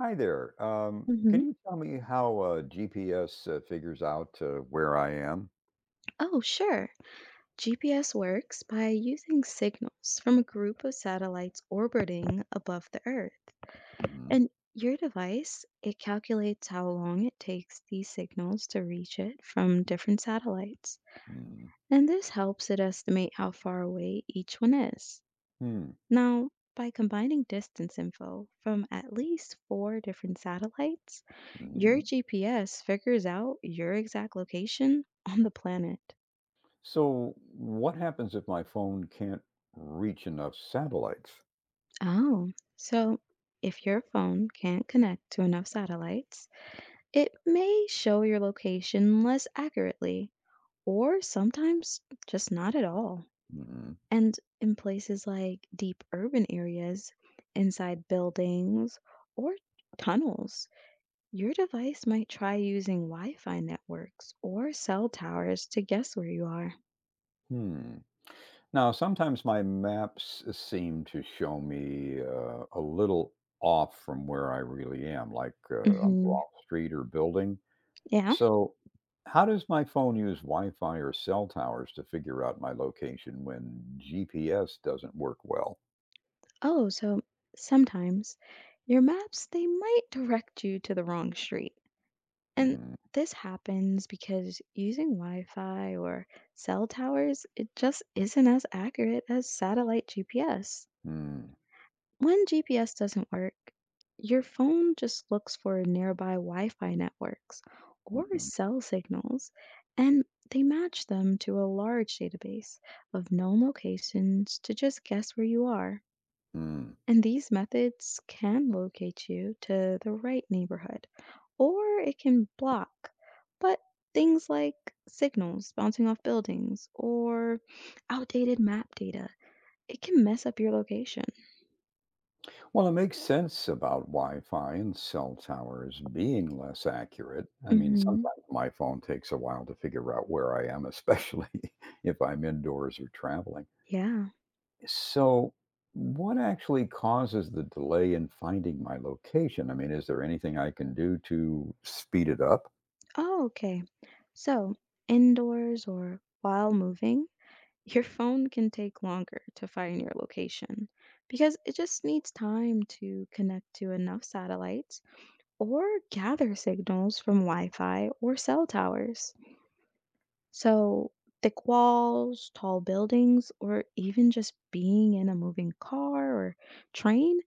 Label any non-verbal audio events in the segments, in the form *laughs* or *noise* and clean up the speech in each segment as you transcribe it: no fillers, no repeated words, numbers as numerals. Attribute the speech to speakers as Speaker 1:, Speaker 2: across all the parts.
Speaker 1: Hi there.
Speaker 2: Hmm.
Speaker 1: Can you tell me how GPS figures out where I am?
Speaker 2: Oh, sure. GPS works by using signals from a group of satellites orbiting above the Earth.
Speaker 1: Hmm
Speaker 2: And your device, it calculates how long it takes these signals to reach it from different satellites.
Speaker 1: hmm
Speaker 2: And this helps it estimate how far away each one is.
Speaker 1: hmm
Speaker 2: Now, by combining distance info from at least four different satellites, your,
Speaker 1: hmm
Speaker 2: mhm, GPS figures out your exact location on the planet.
Speaker 1: So, what happens if my phone can't reach enough satellites?
Speaker 2: Oh, so if your phone can't connect to enough satellites, it may show your location less accurately, or sometimes just not at all.
Speaker 1: Hmm
Speaker 2: And in places like deep urban areas, inside buildings, or tunnels, your device might try using Wi Fi networks or cell towers to guess where you are.
Speaker 1: Hmm. Now, sometimes my maps seem to show me a little off from where I really am, like on the
Speaker 2: Hmm.
Speaker 1: wrong street or building.
Speaker 2: Yeah.
Speaker 1: So, how does my phone use Wi Fi or cell towers to figure out my location when GPS doesn't work well?
Speaker 2: Oh, so sometimes your maps, they might direct you to the wrong street. And
Speaker 1: Mhm,
Speaker 2: this happens because using Wi Fi or cell towers, it just isn't as accurate as satellite GPS.
Speaker 1: mm,
Speaker 2: When GPS doesn't work, your phone just looks for nearby Wi Fi networks or
Speaker 1: mhm,
Speaker 2: cell signals, and they match them to a large database of known locations to just guess where you are.
Speaker 1: mm.
Speaker 2: And these methods can locate you to the right neighborhood, or it can block. But things like signals bouncing off buildings or outdated map data, it can mess up your location.
Speaker 1: Well, it makes sense about Wi Fi and cell towers being less accurate. I mean,
Speaker 2: Hmm.
Speaker 1: sometimes my phone takes a while to figure out where I am, especially *laughs* if I'm indoors or traveling.
Speaker 2: Yeah.
Speaker 1: So, what actually causes the delay in finding my location? I mean, is there anything I can do to speed it up?
Speaker 2: Oh, okay. So, indoors or while moving, *laughs* your phone can take longer to find your location because it just needs time to connect to enough satellites or gather signals from Wi Fi or cell towers. So, thick walls, tall buildings, or even just being in a moving car or train,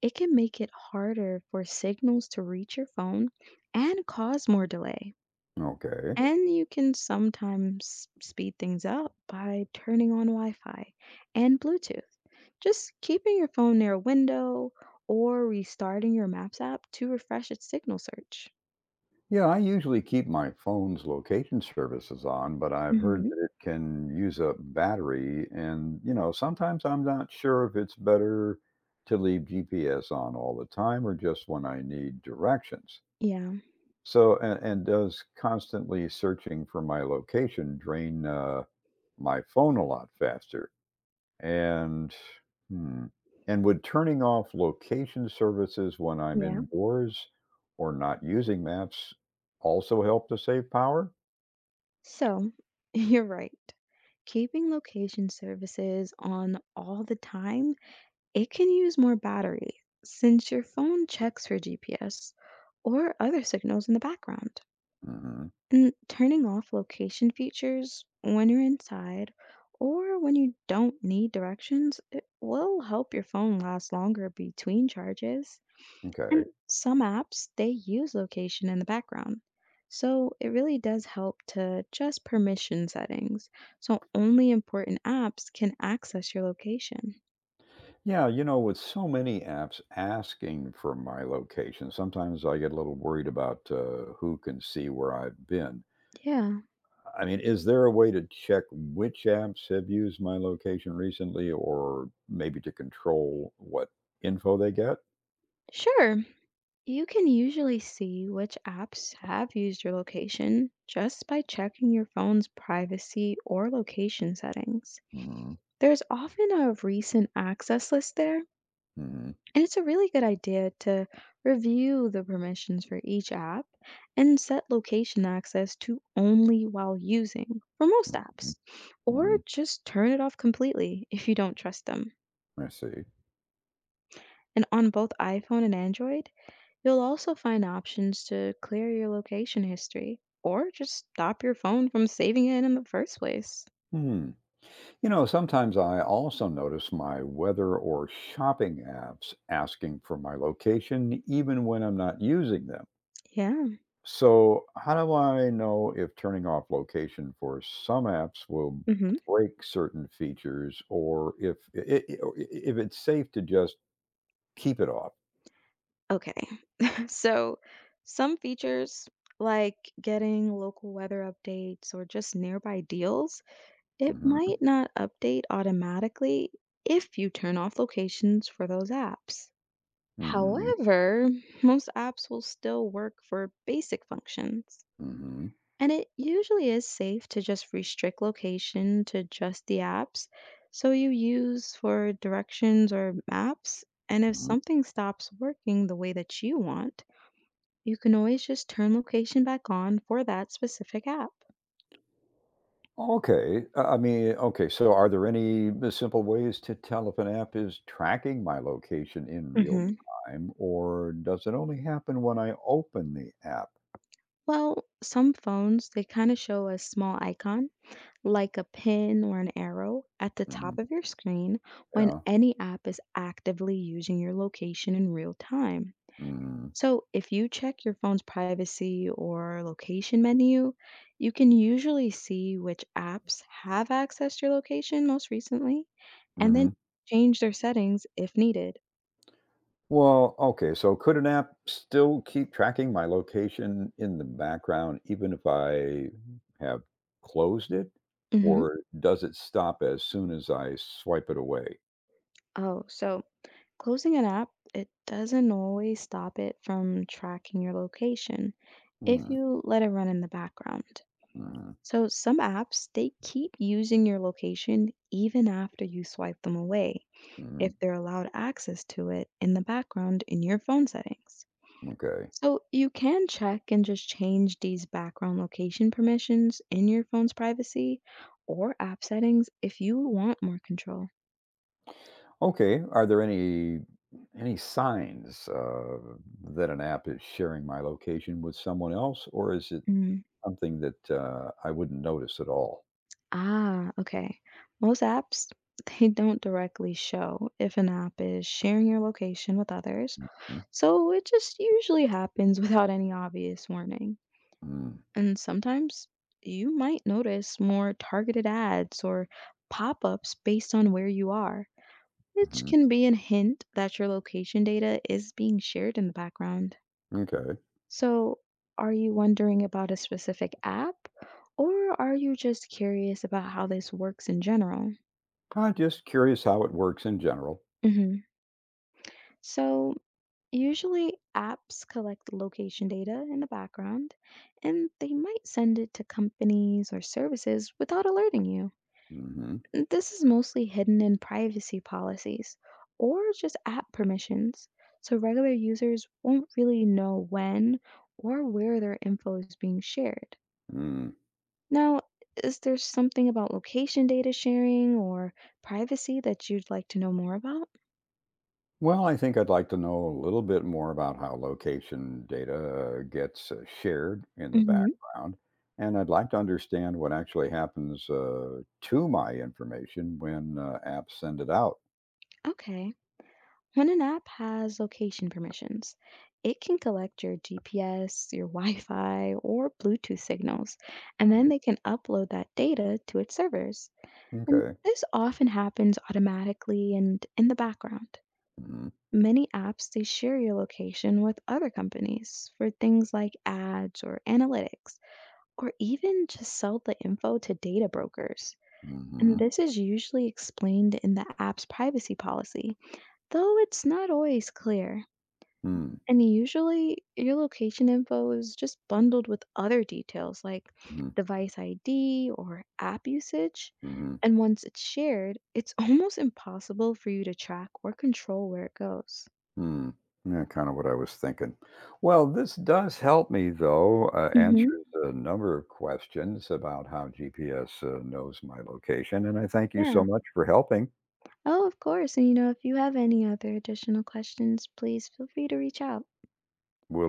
Speaker 2: it can make it harder for signals to reach your phone and cause more delay.
Speaker 1: Okay.
Speaker 2: And you can sometimes speed things up by turning on Wi Fi and Bluetooth. Just keeping your phone near a window or restarting your Maps app to refresh its signal search.
Speaker 1: Yeah, I usually keep my phone's location services on, but I've heard
Speaker 2: Mhm.
Speaker 1: that it can use up battery. And, you know, sometimes I'm not sure if it's better to leave GPS on all the time or just when I need directions.
Speaker 2: Yeah,
Speaker 1: So, and does constantly searching for my location drain my phone a lot faster? And hmm, and would turning off location services when I'm
Speaker 2: yeah.
Speaker 1: indoors or not using maps also help to save power?
Speaker 2: So, *laughs* you're right. Keeping location services on all the time, it can use more battery since your phone checks for GPS or other signals in the background.
Speaker 1: Hmm
Speaker 2: And turning off location features when you're inside or when you don't need directions, it will help your phone last longer between charges.
Speaker 1: Okay.
Speaker 2: And some apps, they use location in the background. So it really does help to just permission settings. So only important apps can access your location.
Speaker 1: Yeah, you know, with so many apps asking for my location, sometimes I get a little worried about who can see where I've been.
Speaker 2: Yeah,
Speaker 1: I mean, is there a way to check which apps have used my location recently or maybe to control what info they get?
Speaker 2: sure. You can usually see which apps have used your location just by checking your phone's privacy or location settings.
Speaker 1: Mm-hmm.
Speaker 2: There's often a recent access list there. And it's a really good idea to review the permissions for each app and set location access to only while using for most apps, or
Speaker 1: hmm
Speaker 2: just turn it off completely if you don't trust them.
Speaker 1: I see.
Speaker 2: And on both iPhone and Android, you'll also find options to clear your location history or just stop your phone from saving it in the first place.
Speaker 1: Hmm. You know, sometimes I also notice my weather or shopping apps asking for my location, even when I'm not using them.
Speaker 2: Yeah.
Speaker 1: So, how do I know if turning off location for some apps will
Speaker 2: Hmm.
Speaker 1: break certain features or if I- I- or I- if it's safe to just keep it off?
Speaker 2: Okay. So, some features like getting local weather updates or just nearby deals, it
Speaker 1: Hmm
Speaker 2: might not update automatically if you turn off locations for those apps.
Speaker 1: hmm
Speaker 2: However, most apps will still work for basic functions.
Speaker 1: hmm
Speaker 2: And it usually is safe to just restrict location to just the apps so you use for directions or maps. And if
Speaker 1: hmm
Speaker 2: something stops working the way that you want, you can always just turn location back on for that specific app.
Speaker 1: Okay. Okay. So, are there any simple ways to tell if an app is tracking my location in real
Speaker 2: Hmm.
Speaker 1: time, or does it only happen when I open the app?
Speaker 2: Well, some phones, they kind of show a small icon, like a pin or an arrow, at the top of
Speaker 1: Mhm.
Speaker 2: your screen when
Speaker 1: Yeah.
Speaker 2: any app is actively using your location in real time.
Speaker 1: Mm-hmm.
Speaker 2: So if you check your phone's privacy or location menu, you can usually see which apps have accessed your location most recently and then
Speaker 1: Mm-hmm.
Speaker 2: change their settings if needed.
Speaker 1: Well, okay. So, could an app still keep tracking my location in the background even if I have closed it,
Speaker 2: Hmm.
Speaker 1: or does it stop as soon as I swipe it away?
Speaker 2: Oh, so closing an app, it doesn't always stop it from tracking your location if you let it run in the background.
Speaker 1: Mm-hmm.
Speaker 2: So some apps, they keep using your location even after you swipe them away if they're allowed access to it in the background in your phone settings.
Speaker 1: Okay.
Speaker 2: So you can check and just change these background location permissions in your phone's privacy or app settings if you want more control.
Speaker 1: Okay. Are there any signs that an app is sharing my location with someone else, or is it
Speaker 2: Mm-hmm.
Speaker 1: something that I wouldn't notice at all?
Speaker 2: Ah, okay. Most apps, *laughs* they don't directly show if an app is sharing your location with others,
Speaker 1: Mhm,
Speaker 2: so it just usually happens *laughs* without any obvious warning.
Speaker 1: mm,
Speaker 2: And sometimes you might notice more targeted ads or pop-ups based on where you are, which
Speaker 1: mhm.
Speaker 2: can be a hint that your location data is being shared in the background.
Speaker 1: Okay.
Speaker 2: So, are you wondering about a specific app, or are you just curious about how this works in general?
Speaker 1: I'm just curious how it works in general.
Speaker 2: Hmm. So, usually apps collect location data in the background and they might send it to companies or services without alerting you.
Speaker 1: Hmm
Speaker 2: This is mostly hidden in privacy policies or just app permissions, so regular users won't really know when or where their info is being shared.
Speaker 1: Mm.
Speaker 2: Now, is there something about location data sharing or privacy that you'd like to know more about?
Speaker 1: Well, I think I'd like to know a little bit more about how location data gets shared in the
Speaker 2: Hmm.
Speaker 1: background, and I'd like to understand what actually happens to my information when apps send it out.
Speaker 2: Okay. When an app has location permissions, it can collect your GPS, your Wi Fi, or Bluetooth signals, and then
Speaker 1: Mm,
Speaker 2: they can upload that data to its servers. And
Speaker 1: okay.
Speaker 2: this often happens automatically and in the background.
Speaker 1: Mm,
Speaker 2: Many apps they share your location with other companies for things like ads or analytics, or even just sell the info to data brokers. And
Speaker 1: mhm,
Speaker 2: this is usually explained in the app's privacy policy, though it's not always clear.
Speaker 1: mm,
Speaker 2: And usually, your location info is just bundled with other details like
Speaker 1: mhm,
Speaker 2: device ID or app usage.
Speaker 1: mhm,
Speaker 2: And once it's shared, it's *laughs* almost impossible for you to track or control where it goes.
Speaker 1: mm. Yeah, kind of what I was thinking. Well, this does help me, though,
Speaker 2: Hmm.
Speaker 1: answers a number of questions about how GPS knows my location. And I thank you
Speaker 2: Yeah.
Speaker 1: so much for helping
Speaker 2: Oh, of course. And you know, if you have any other additional questions, please feel free to reach out.
Speaker 1: with.